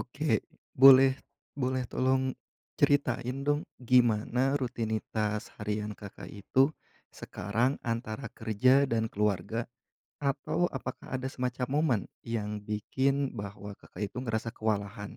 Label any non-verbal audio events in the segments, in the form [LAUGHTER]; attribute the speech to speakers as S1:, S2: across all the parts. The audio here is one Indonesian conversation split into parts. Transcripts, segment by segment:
S1: Oke, boleh boleh tolong ceritain dong gimana rutinitas harian Kakak itu sekarang antara kerja dan keluarga? Atau apakah ada semacam momen yang bikin bahwa Kakak itu ngerasa kewalahan?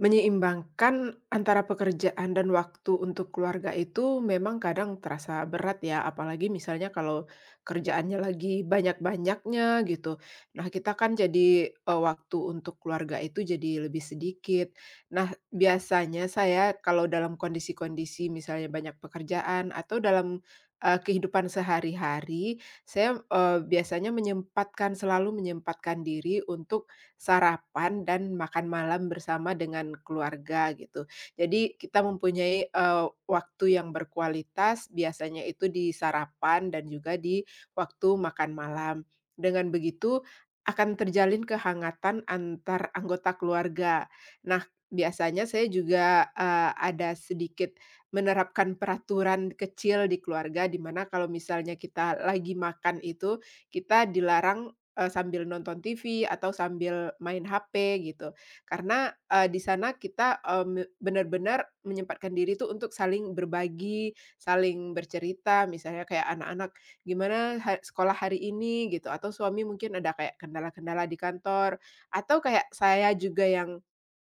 S2: Menyeimbangkan antara pekerjaan dan waktu untuk keluarga itu memang kadang terasa berat ya, apalagi misalnya kalau kerjaannya lagi banyak-banyaknya gitu. Nah, kita kan jadi, waktu untuk keluarga itu jadi lebih sedikit. Nah, biasanya saya kalau dalam kondisi-kondisi misalnya banyak pekerjaan atau dalam, kehidupan sehari-hari, saya, biasanya selalu menyempatkan diri untuk sarapan dan makan malam bersama dengan keluarga gitu. Jadi kita mempunyai, waktu yang berkualitas biasanya itu di sarapan dan juga di waktu makan malam. Dengan begitu akan terjalin kehangatan antar anggota keluarga. Nah, biasanya saya juga, ada sedikit menerapkan peraturan kecil di keluarga di mana kalau misalnya kita lagi makan itu, kita dilarang sambil nonton TV atau sambil main HP gitu. Karena, di sana kita, eee, me benar-benar menyempatkan diri tuh untuk saling berbagi, saling bercerita, misalnya kayak anak-anak, "Gimana sekolah hari ini?" gitu, atau suami mungkin ada kayak kendala-kendala di kantor, atau kayak saya juga yang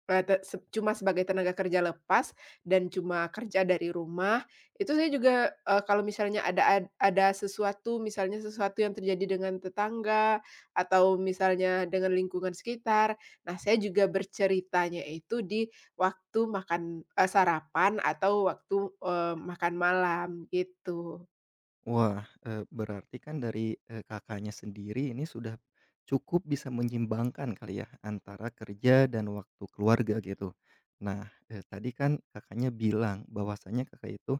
S2: Eee, te se cuma sebagai tenaga kerja lepas dan cuma kerja dari rumah, itu saya juga, kalau misalnya ada ada sesuatu, misalnya sesuatu yang terjadi dengan tetangga atau misalnya dengan lingkungan sekitar, nah saya juga berceritanya itu di waktu makan sarapan atau waktu, makan malam, gitu.
S1: Wah, berarti kan dari, Kakaknya sendiri ini sudah cukup bisa menyeimbangkan kali ya antara kerja dan waktu keluarga gitu. Nah, tadi kan Kakaknya bilang bahwasanya Kakak itu,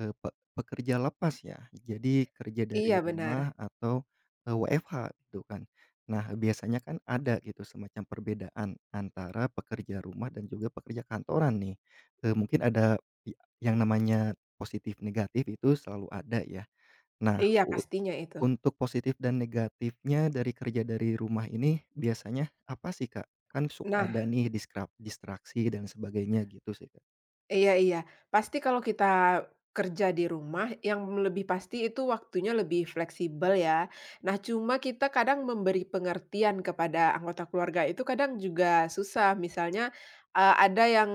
S1: eee, pe pekerja lepas ya, jadi kerja dari
S2: Iya, benar.
S1: rumah atau, WFH gitu kan. Nah, biasanya kan ada gitu semacam perbedaan antara pekerja rumah dan juga pekerja kantoran nih. Mungkin ada ya yang namanya positif negatif itu selalu ada ya. Nah,
S2: Iya, pastinya itu.
S1: untuk positif dan negatifnya dari kerja dari rumah ini biasanya apa sih, Kak? Kan suka
S2: Nah,
S1: ada nih distraksi dan sebagainya gitu sih, Kak.
S2: iya, iya. Pasti kalau kita kerja di rumah, yang lebih pasti itu waktunya lebih fleksibel ya. Nah, cuma kita kadang memberi pengertian kepada anggota keluarga itu kadang juga susah. Misalnya, ada yang,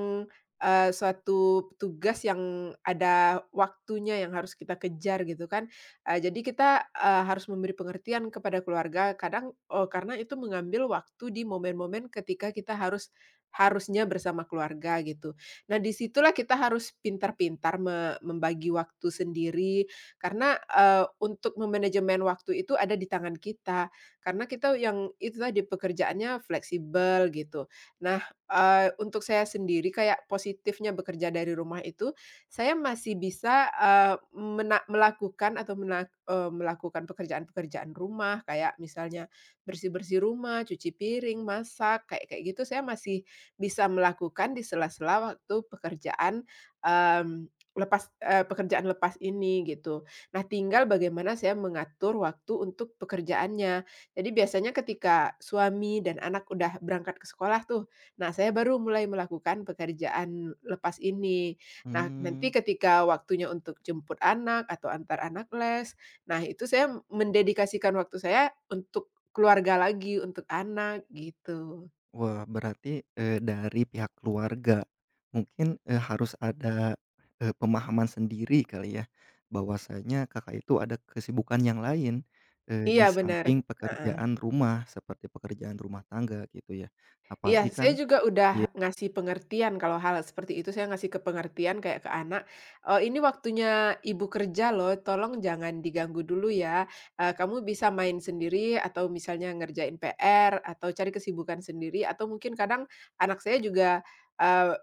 S2: suatu tugas yang ada waktunya yang harus kita kejar gitu kan. Jadi kita, harus memberi pengertian kepada keluarga kadang, karena itu mengambil waktu di momen-momen ketika kita harusnya bersama keluarga gitu. Nah, disitulah kita harus pintar-pintar membagi waktu sendiri karena, untuk memanajemen waktu itu ada di tangan kita, karena kita yang itu tadi pekerjaannya fleksibel gitu. Nah, untuk saya sendiri kayak positifnya bekerja dari rumah itu, saya masih bisa, eee, mena melakukan atau melakukan pekerjaan-pekerjaan rumah kayak misalnya bersih-bersih rumah, cuci piring, masak, kayak kayak gitu saya masih bisa melakukan di sela-sela waktu pekerjaan, mmm, pekerjaan lepas ini gitu. Nah, tinggal bagaimana saya mengatur waktu untuk pekerjaannya. Jadi biasanya ketika suami dan anak udah berangkat ke sekolah tuh, nah saya baru mulai melakukan pekerjaan lepas ini. Nah, nanti
S1: Mmm,
S2: ketika waktunya untuk jemput anak atau antar anak les, nah itu saya mendedikasikan waktu saya untuk keluarga lagi, untuk anak gitu.
S1: wah berarti, dari pihak keluarga mungkin, harus ada, pemahaman sendiri kali ya, bahwasanya Kakak itu ada kesibukan yang lain, di
S2: Iya, benar.
S1: samping pekerjaan rumah seperti pekerjaan rumah tangga gitu ya. Apalagi
S2: Iya,
S1: kan
S2: saya juga
S1: ya
S2: udah ngasih pengertian kalau hal seperti itu, saya ngasih ke pengertian kayak ke anak, "Ini waktunya ibu kerja loh, tolong jangan diganggu dulu ya, kamu bisa main sendiri atau misalnya ngerjain PR atau cari kesibukan sendiri," atau mungkin kadang anak saya juga, eee,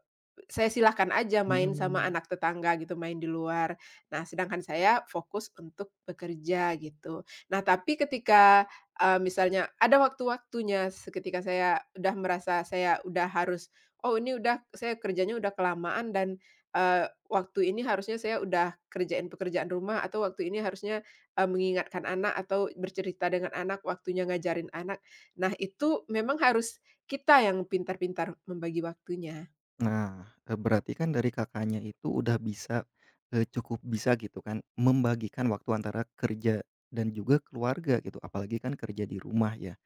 S2: saya silahkan aja main sama
S1: hmm.
S2: anak tetangga gitu, main di luar. Nah, sedangkan saya fokus untuk bekerja gitu. Nah, tapi ketika misalnya ada waktu-waktunya seketika saya udah merasa saya udah harus, "Oh, ini udah, saya kerjanya udah kelamaan dan, waktu ini harusnya saya udah kerjain pekerjaan rumah atau waktu ini harusnya, mengingatkan anak atau bercerita dengan anak, waktunya ngajarin anak." Nah, itu memang harus kita yang pintar-pintar membagi waktunya.
S1: Nah, berarti kan dari Kakaknya itu udah bisa, cukup bisa gitu kan membagikan waktu antara kerja dan juga keluarga gitu, apalagi kan kerja di rumah ya,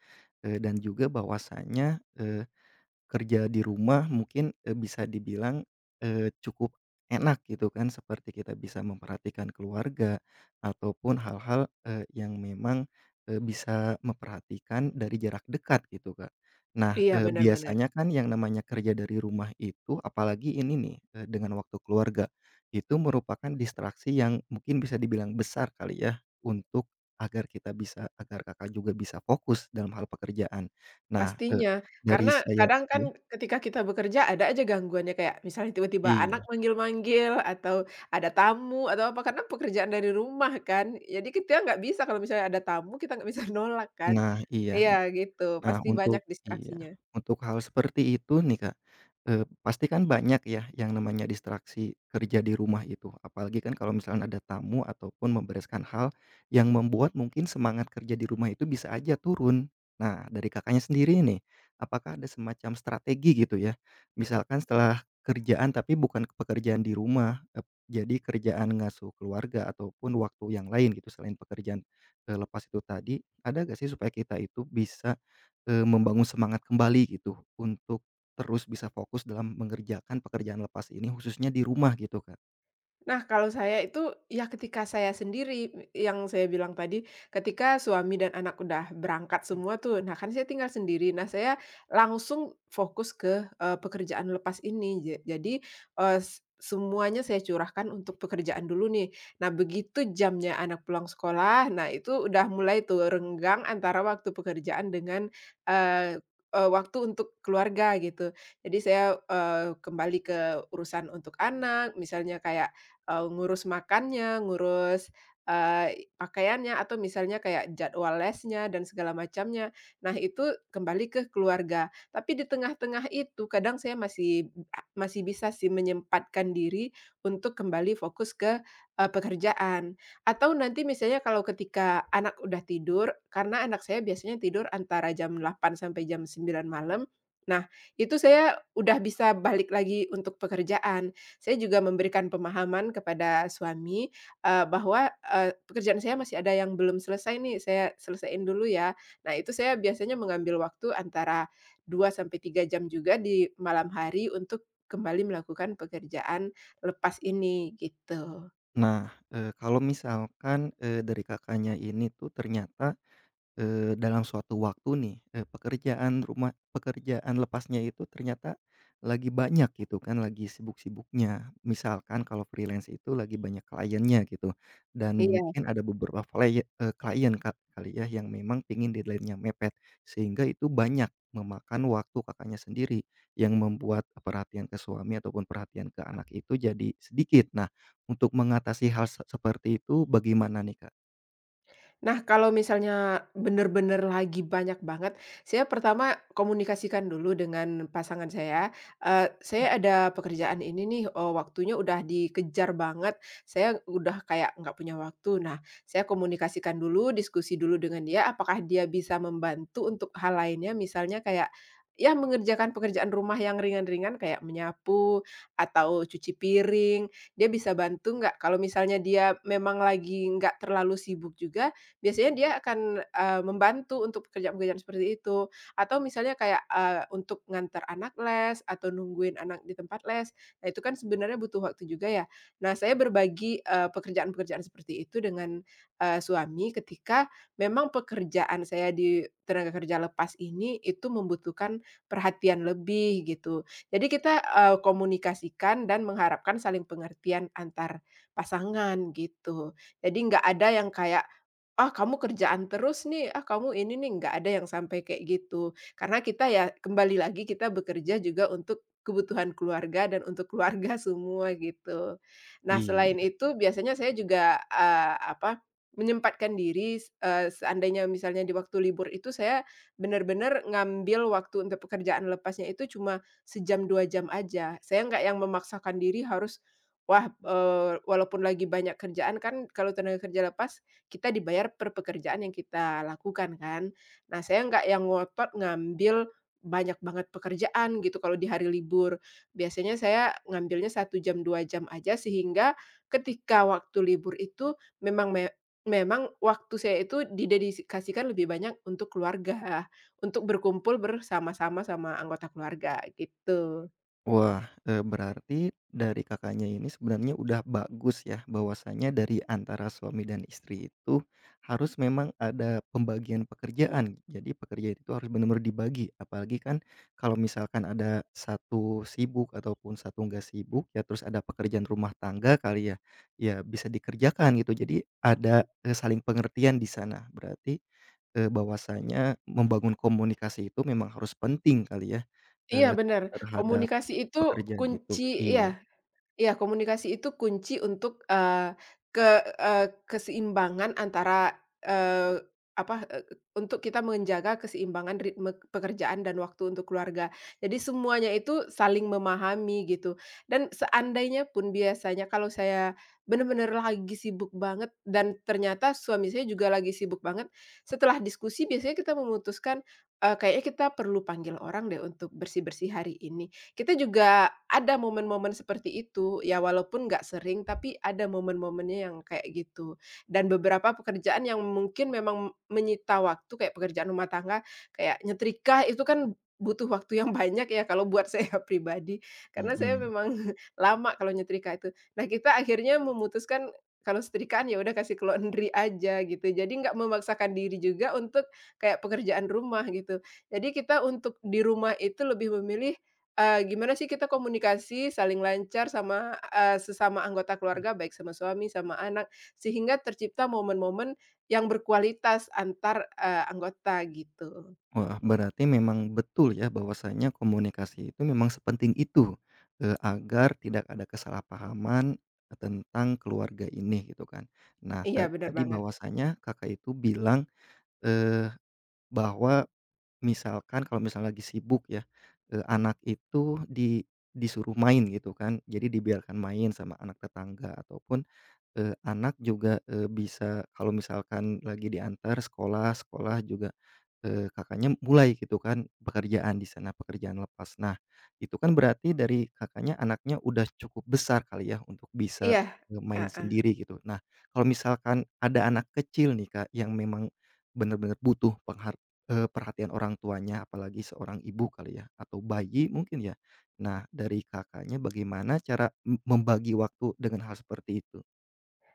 S1: dan juga bahwasanya, kerja di rumah mungkin, bisa dibilang, cukup enak gitu kan, seperti kita bisa memperhatikan keluarga ataupun hal-hal, yang memang, bisa memperhatikan dari jarak dekat gitu, Kak. Nah,
S2: Iya, benar-benar.
S1: biasanya kan yang namanya kerja dari rumah itu apalagi ini nih, dengan waktu keluarga, itu merupakan distraksi yang mungkin bisa dibilang besar kali ya untuk agar kita bisa agar Kakak juga bisa fokus dalam hal pekerjaan. Nah,
S2: Pastinya,
S1: dari
S2: karena
S1: saya.
S2: kadang kan
S1: Iya,
S2: ketika kita bekerja ada aja gangguannya kayak misalnya tiba-tiba
S1: iya.
S2: anak manggil-manggil atau ada tamu atau apa, karena pekerjaan dari rumah kan. Jadi kita nggak bisa kalau misalnya ada tamu kita nggak bisa [LAUGHS] nolak kan.
S1: Nah, iya.
S2: Iya, gitu,
S1: Nah,
S2: pasti banyak
S1: untuk iya,
S2: distraksinya.
S1: untuk hal seperti itu nih, Kak, pasti kan banyak ya yang namanya distraksi kerja di rumah itu, apalagi kan kalau misalnya ada tamu ataupun membereskan hal yang membuat mungkin semangat kerja di rumah itu bisa aja turun. Nah, dari Kakaknya sendiri nih, apakah ada semacam strategi gitu ya, misalkan setelah kerjaan tapi bukan pekerjaan di rumah, jadi kerjaan ngasuh keluarga ataupun waktu yang lain gitu selain pekerjaan, lepas itu tadi, ada gak sih supaya kita itu bisa membangun semangat kembali gitu untuk terus bisa fokus dalam mengerjakan pekerjaan lepas ini khususnya di rumah gitu, Kak.
S2: Nah, kalau saya itu, ya ketika saya sendiri, yang saya bilang tadi, ketika suami dan anak udah berangkat
S1: Mhm.
S2: semua tuh, nah kan saya tinggal sendiri. Nah, saya langsung fokus ke, pekerjaan lepas ini. Jadi, eee, s semuanya saya curahkan untuk pekerjaan dulu nih. Nah, begitu jamnya anak pulang sekolah, nah itu udah mulai tuh renggang antara waktu pekerjaan dengan, eee eee, waktu untuk keluarga gitu. Jadi saya, kembali ke urusan untuk anak, misalnya kayak ngurus makannya, ngurus, pakaiannya, atau misalnya kayak jadwal lesnya dan segala macamnya. Nah, itu kembali ke keluarga. Tapi di tengah-tengah itu kadang saya masih masih bisa sih menyempatkan diri untuk kembali fokus ke, pekerjaan. Atau nanti misalnya kalau ketika anak udah tidur, karena anak saya biasanya tidur antara jam 8 sampai jam 9 malam. Nah, itu saya udah bisa balik lagi untuk pekerjaan. Saya juga memberikan pemahaman kepada suami, bahwa, pekerjaan saya masih ada yang belum selesai nih, saya selesaiin dulu ya. Nah, itu saya biasanya mengambil waktu antara 2 sampai 3 jam juga di malam hari untuk kembali melakukan pekerjaan lepas ini, gitu.
S1: Nah, kalau misalkan, dari Kakaknya ini tuh ternyata dalam suatu waktu nih, pekerjaan rumah pekerjaan lepasnya itu ternyata lagi banyak gitu kan, lagi sibuk-sibuknya. Misalkan kalau freelance itu lagi banyak kliennya gitu, dan
S2: Iya.
S1: mungkin ada beberapa klien klien ka kali ya yang memang pingin deadline-nya mepet, sehingga itu banyak memakan waktu Kakaknya sendiri, yang membuat perhatian ke suami ataupun perhatian ke anak itu jadi sedikit. Nah, untuk mengatasi hal seperti itu bagaimana nih, Kak?
S2: Nah, kalau misalnya bener-bener lagi banyak banget, saya pertama komunikasikan dulu dengan pasangan saya, "Saya ada pekerjaan ini nih, waktunya udah dikejar banget, saya udah kayak nggak punya waktu." Nah, saya komunikasikan dulu, diskusi dulu dengan dia, apakah dia bisa membantu untuk hal lainnya, misalnya kayak, ya, mengerjakan pekerjaan rumah yang ringan-ringan kayak menyapu atau cuci piring, dia bisa bantu nggak? Kalau misalnya dia memang lagi nggak terlalu sibuk juga, biasanya dia akan, membantu untuk pekerjaan-pekerjaan seperti itu. Atau misalnya kayak, untuk ngantar anak les atau nungguin anak di tempat les. Nah, itu kan sebenarnya butuh waktu juga ya. Nah, saya berbagi, pekerjaan-pekerjaan seperti itu dengan, suami ketika memang pekerjaan saya di tenaga kerja lepas ini itu membutuhkan perhatian lebih gitu. Jadi kita, komunikasikan dan mengharapkan saling pengertian antar pasangan gitu. Jadi nggak ada yang kayak "Ah, kamu kerjaan terus nih, ah, kamu ini nih," nggak ada yang sampai kayak gitu. Karena kita ya kembali lagi kita bekerja juga untuk kebutuhan keluarga dan untuk keluarga [LAUGHS] semua gitu. Nah, selain
S1: Iya.
S2: itu biasanya saya juga, menyempatkan diri, seandainya misalnya di waktu libur itu saya benar-benar ngambil waktu untuk pekerjaan lepasnya itu cuma sejam, 2 jam aja. Saya nggak yang memaksakan diri harus, walaupun lagi banyak kerjaan kan kalau tenaga kerja lepas kita dibayar per pekerjaan yang kita lakukan kan. Nah, saya nggak yang ngotot ngambil banyak banget pekerjaan gitu kalau di hari libur. Biasanya saya ngambilnya 1 jam, 2 jam aja sehingga ketika waktu libur itu memang memang waktu saya itu didedikasikan lebih banyak untuk keluarga, untuk berkumpul bersama-sama sama anggota keluarga gitu.
S1: Wah, berarti dari Kakaknya ini sebenarnya udah bagus ya bahwasanya dari antara suami dan istri itu harus memang ada pembagian pekerjaan. Jadi pekerjaan itu harus benar-benar dibagi, apalagi kan kalau misalkan ada satu sibuk ataupun satu nggak sibuk, ya terus ada pekerjaan rumah tangga kali ya, ya bisa dikerjakan gitu. Jadi ada, saling pengertian di sana. Berarti bahwasanya membangun komunikasi itu memang harus penting kali ya,
S2: Iya,
S1: eee,
S2: benar,
S1: terhadap
S2: komunikasi itu
S1: pekerjaan itu.
S2: kunci
S1: Iya,
S2: ya. Iya, komunikasi itu kunci untuk, ke keseimbangan antara, apa, eee, untuk kita menjaga keseimbangan ritme pekerjaan dan waktu untuk keluarga. Jadi semuanya itu saling memahami gitu. Dan seandainya pun biasanya kalau saya benar-benar lagi sibuk banget dan ternyata suami saya juga lagi sibuk banget, setelah diskusi biasanya kita memutuskan, kayaknya kita perlu panggil orang deh untuk bersih-bersih hari ini. Kita juga ada momen-momen seperti itu, ya walaupun nggak sering, tapi ada momen-momennya yang kayak gitu. Dan beberapa pekerjaan yang mungkin memang menyita waktu, kayak pekerjaan rumah tangga, kayak nyetrika itu kan butuh waktu yang [LAUGHS] banyak ya kalau buat saya [LAUGHS] pribadi, karena saya
S1: mhm.
S2: memang [LAUGHS] lama kalau nyetrika itu. Nah, kita akhirnya memutuskan kalau setrikaan ya udah kasih ke laundry aja gitu. Jadi nggak memaksakan diri juga untuk kayak pekerjaan rumah gitu. Jadi kita untuk di rumah itu lebih memilih gimana sih kita komunikasi saling lancar sama, sesama anggota keluarga, baik sama suami, sama anak, sehingga tercipta momen-momen yang berkualitas antar, anggota gitu.
S1: Wah, berarti memang betul ya bahwasanya komunikasi itu memang sepenting itu, agar tidak ada kesalahpahaman tentang keluarga ini gitu kan. Nah,
S2: Iya, benar
S1: tadi
S2: banget.
S1: bahwasanya Kakak itu bilang, eee, bahwa misalkan kalau misalnya lagi sibuk ya, anak itu disuruh main gitu kan, jadi dibiarkan main sama anak tetangga ataupun, anak juga, bisa kalau misalkan lagi diantar sekolah sekolah juga Kakaknya mulai gitu kan pekerjaan di sana, pekerjaan lepas. Nah, itu kan berarti dari Kakaknya anaknya udah cukup besar kali ya untuk bisa,
S2: Iya,
S1: main
S2: heeh.
S1: sendiri gitu. Nah, kalau misalkan ada anak kecil nih, Kak, yang memang benar-benar butuh perhatian orang tuanya, apalagi seorang ibu kali ya atau bayi mungkin ya. Nah, dari Kakaknya bagaimana cara membagi waktu dengan hal seperti itu?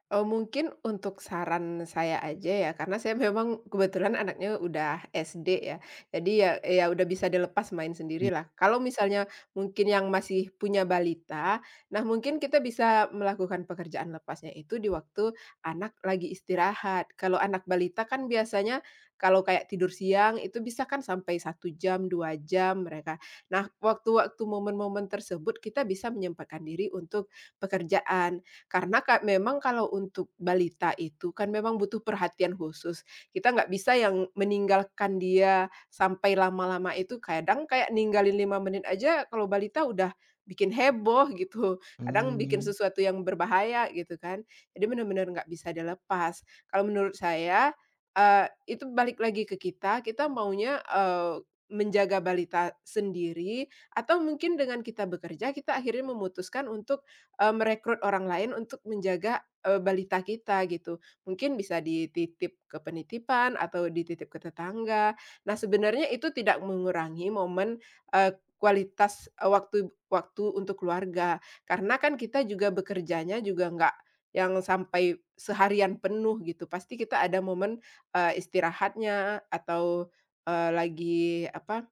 S2: Mungkin untuk saran saya aja ya, karena saya memang kebetulan anaknya udah SD ya. Jadi ya, ya udah bisa dilepas main
S1: I
S2: sendirilah. Kalau misalnya mungkin yang masih punya balita, nah mungkin kita bisa melakukan pekerjaan lepasnya itu di waktu anak lagi istirahat. Kalau anak balita kan biasanya kalau kayak tidur siang itu bisa kan sampai 1 jam, 2 jam mereka. Nah, waktu-waktu momen-momen tersebut kita bisa menyempatkan diri untuk pekerjaan. Karena memang kalau untuk balita itu kan memang butuh perhatian khusus. Kita nggak bisa yang meninggalkan dia sampai lama-lama itu, kadang kayak ninggalin 5 menit aja kalau balita udah bikin heboh [LAUGHS] gitu, kadang bikin
S1: Mmm,
S2: sesuatu yang berbahaya gitu kan. Jadi benar-benar nggak bisa dilepas. Kalau menurut saya, eee, itu balik lagi ke kita, kita maunya, menjaga balita sendiri atau mungkin dengan kita bekerja, kita akhirnya memutuskan untuk merekrut orang lain untuk menjaga, balita kita gitu. Mungkin bisa dititip ke penitipan atau dititip ke tetangga. Nah, sebenarnya itu tidak mengurangi momen, kualitas, waktu waktu untuk keluarga. Karena kan kita juga bekerjanya juga nggak yang sampai seharian penuh gitu, pasti kita ada momen, istirahatnya atau, eee, lagi apa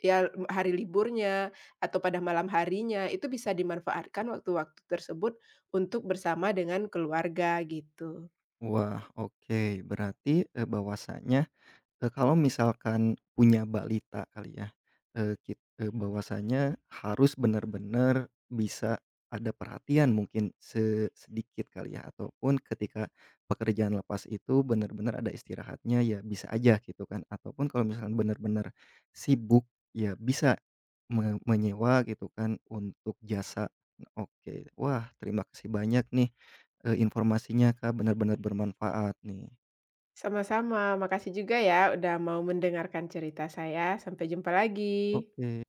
S2: ya, hari liburnya atau pada malam harinya, itu bisa dimanfaatkan waktu-waktu tersebut untuk bersama dengan keluarga, gitu.
S1: wah, oke. Berarti, bahwasanya kalau misalkan punya balita kali ya, bahwasanya harus benar-benar bisa ada perhatian mungkin sedikit kali ya, ataupun ketika pekerjaan lepas itu benar-benar ada istirahatnya, ya bisa aja gitu kan, ataupun kalau misalkan benar-benar sibuk, ya bisa menyewa gitu kan untuk jasa. Oke, wah terima kasih banyak nih, informasinya Kak, benar-benar bermanfaat nih.
S2: Sama-sama, makasih juga ya udah mau mendengarkan cerita saya. Sampai jumpa lagi.
S1: Oke.